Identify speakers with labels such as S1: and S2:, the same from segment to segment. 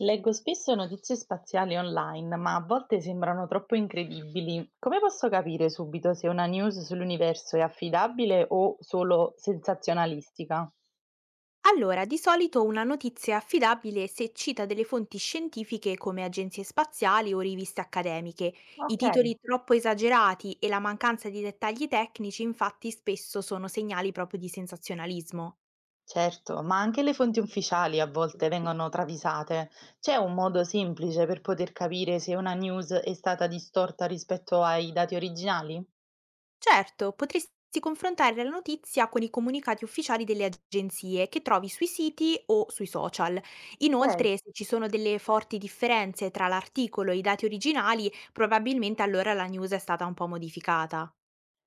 S1: Leggo spesso notizie spaziali online, ma a volte sembrano troppo incredibili. Come posso capire subito se una news sull'universo è affidabile o solo sensazionalistica?
S2: Allora, di solito una notizia è affidabile se cita delle fonti scientifiche come agenzie spaziali o riviste accademiche. I
S1: Ok.
S2: titoli troppo esagerati e la mancanza di dettagli tecnici infatti spesso sono segnali proprio di sensazionalismo.
S1: Certo, ma anche le fonti ufficiali a volte vengono travisate. C'è un modo semplice per poter capire se una news è stata distorta rispetto ai dati originali?
S2: Certo, potresti confrontare la notizia con i comunicati ufficiali delle agenzie che trovi sui siti o sui social.
S1: Ok.
S2: Inoltre, se ci sono delle forti differenze tra l'articolo e i dati originali, probabilmente allora la news è stata un po' modificata.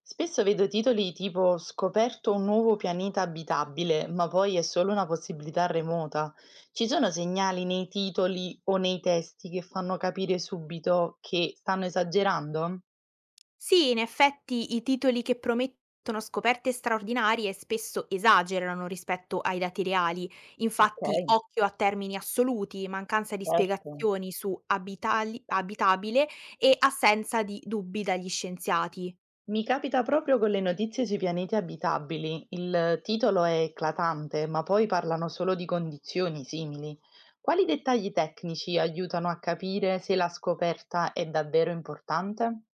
S1: Spesso vedo titoli tipo Scoperto un nuovo pianeta abitabile, ma poi è solo una possibilità remota. Ci sono segnali nei titoli o nei testi che fanno capire subito che stanno esagerando?
S2: Sì, in effetti i titoli che promettono scoperte straordinarie spesso esagerano rispetto ai dati reali.
S1: Ok,
S2: Infatti, occhio a termini assoluti, mancanza di
S1: certo.
S2: spiegazioni su abitabile e assenza di dubbi dagli scienziati.
S1: Mi capita proprio con le notizie sui pianeti abitabili. Il titolo è eclatante, ma poi parlano solo di condizioni simili. Quali dettagli tecnici aiutano a capire se la scoperta è davvero importante?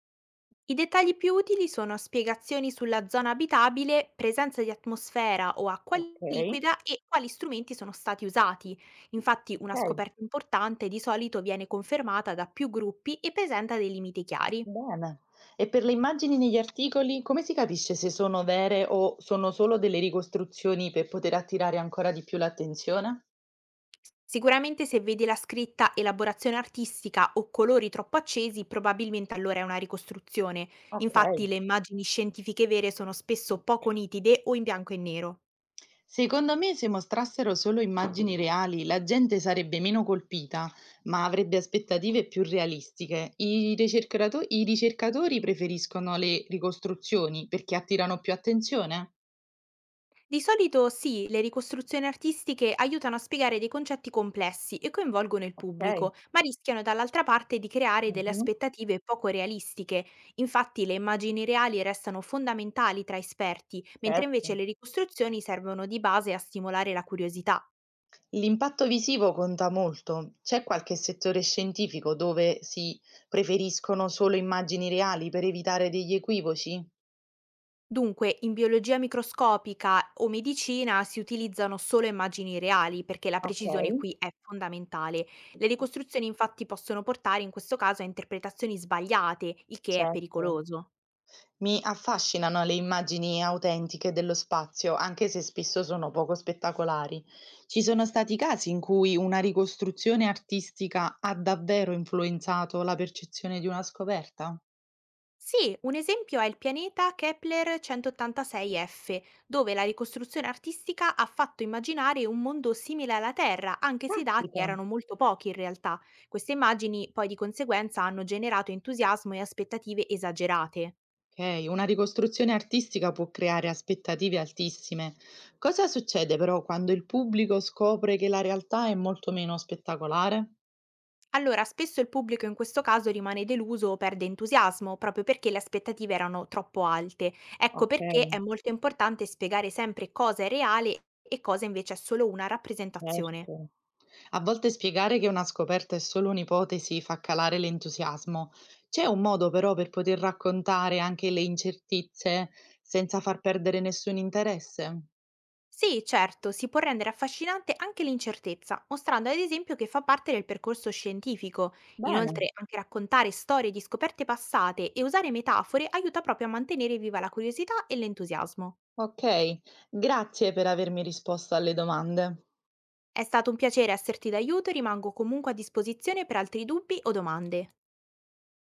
S2: I dettagli più utili sono spiegazioni sulla zona abitabile, presenza di atmosfera o acqua
S1: Ok.
S2: liquida e quali strumenti sono stati usati. Infatti una
S1: Okay,
S2: scoperta importante di solito viene confermata da più gruppi e presenta dei limiti chiari.
S1: bene. E per le immagini negli articoli, come si capisce se sono vere o sono solo delle ricostruzioni per poter attirare ancora di più l'attenzione?
S2: Sicuramente se vedi la scritta elaborazione artistica o colori troppo accesi, probabilmente allora è una ricostruzione. Infatti
S1: Okay.
S2: le immagini scientifiche vere sono spesso poco nitide o in bianco e nero.
S1: Secondo me, se mostrassero solo immagini reali, la gente sarebbe meno colpita, ma avrebbe aspettative più realistiche. I ricercatori preferiscono le ricostruzioni perché attirano più attenzione?
S2: Di solito sì, le ricostruzioni artistiche aiutano a spiegare dei concetti complessi e coinvolgono il
S1: Okay.
S2: pubblico, ma rischiano dall'altra parte di creare delle
S1: Mh-mh.
S2: aspettative poco realistiche. Infatti le immagini reali restano fondamentali tra esperti, mentre invece
S1: Certo.
S2: le ricostruzioni servono di base a stimolare la curiosità.
S1: L'impatto visivo conta molto. C'è qualche settore scientifico dove si preferiscono solo immagini reali per evitare degli equivoci?
S2: Dunque, in biologia microscopica o medicina si utilizzano solo immagini reali perché la
S1: Ok,
S2: precisione qui è fondamentale. Le ricostruzioni infatti possono portare in questo caso a interpretazioni sbagliate, il che è
S1: certo.
S2: pericoloso.
S1: Mi affascinano le immagini autentiche dello spazio, anche se spesso sono poco spettacolari. Ci sono stati casi in cui una ricostruzione artistica ha davvero influenzato la percezione di una scoperta?
S2: Sì, un esempio è il pianeta Kepler 186F, dove la ricostruzione artistica ha fatto immaginare un mondo simile alla Terra, anche se i dati
S1: Caspita.
S2: erano molto pochi in realtà. Queste immagini poi di conseguenza hanno generato entusiasmo e aspettative esagerate.
S1: Okay, una ricostruzione artistica può creare aspettative altissime. Cosa succede però quando il pubblico scopre che la realtà è molto meno spettacolare?
S2: Allora, spesso il pubblico in questo caso rimane deluso o perde entusiasmo, proprio perché le aspettative erano troppo alte. Ecco
S1: Ok,
S2: perché è molto importante spiegare sempre cosa è reale e cosa invece è solo una rappresentazione.
S1: certo. A volte spiegare che una scoperta è solo un'ipotesi fa calare l'entusiasmo. C'è un modo però per poter raccontare anche le incertezze senza far perdere nessun interesse?
S2: Sì, certo, si può rendere affascinante anche l'incertezza, mostrando ad esempio che fa parte del percorso scientifico.
S1: Bene,
S2: Inoltre, anche raccontare storie di scoperte passate e usare metafore aiuta proprio a mantenere viva la curiosità e l'entusiasmo.
S1: ok. Grazie per avermi risposto alle domande.
S2: È stato un piacere esserti d'aiuto e rimango comunque a disposizione per altri dubbi o domande.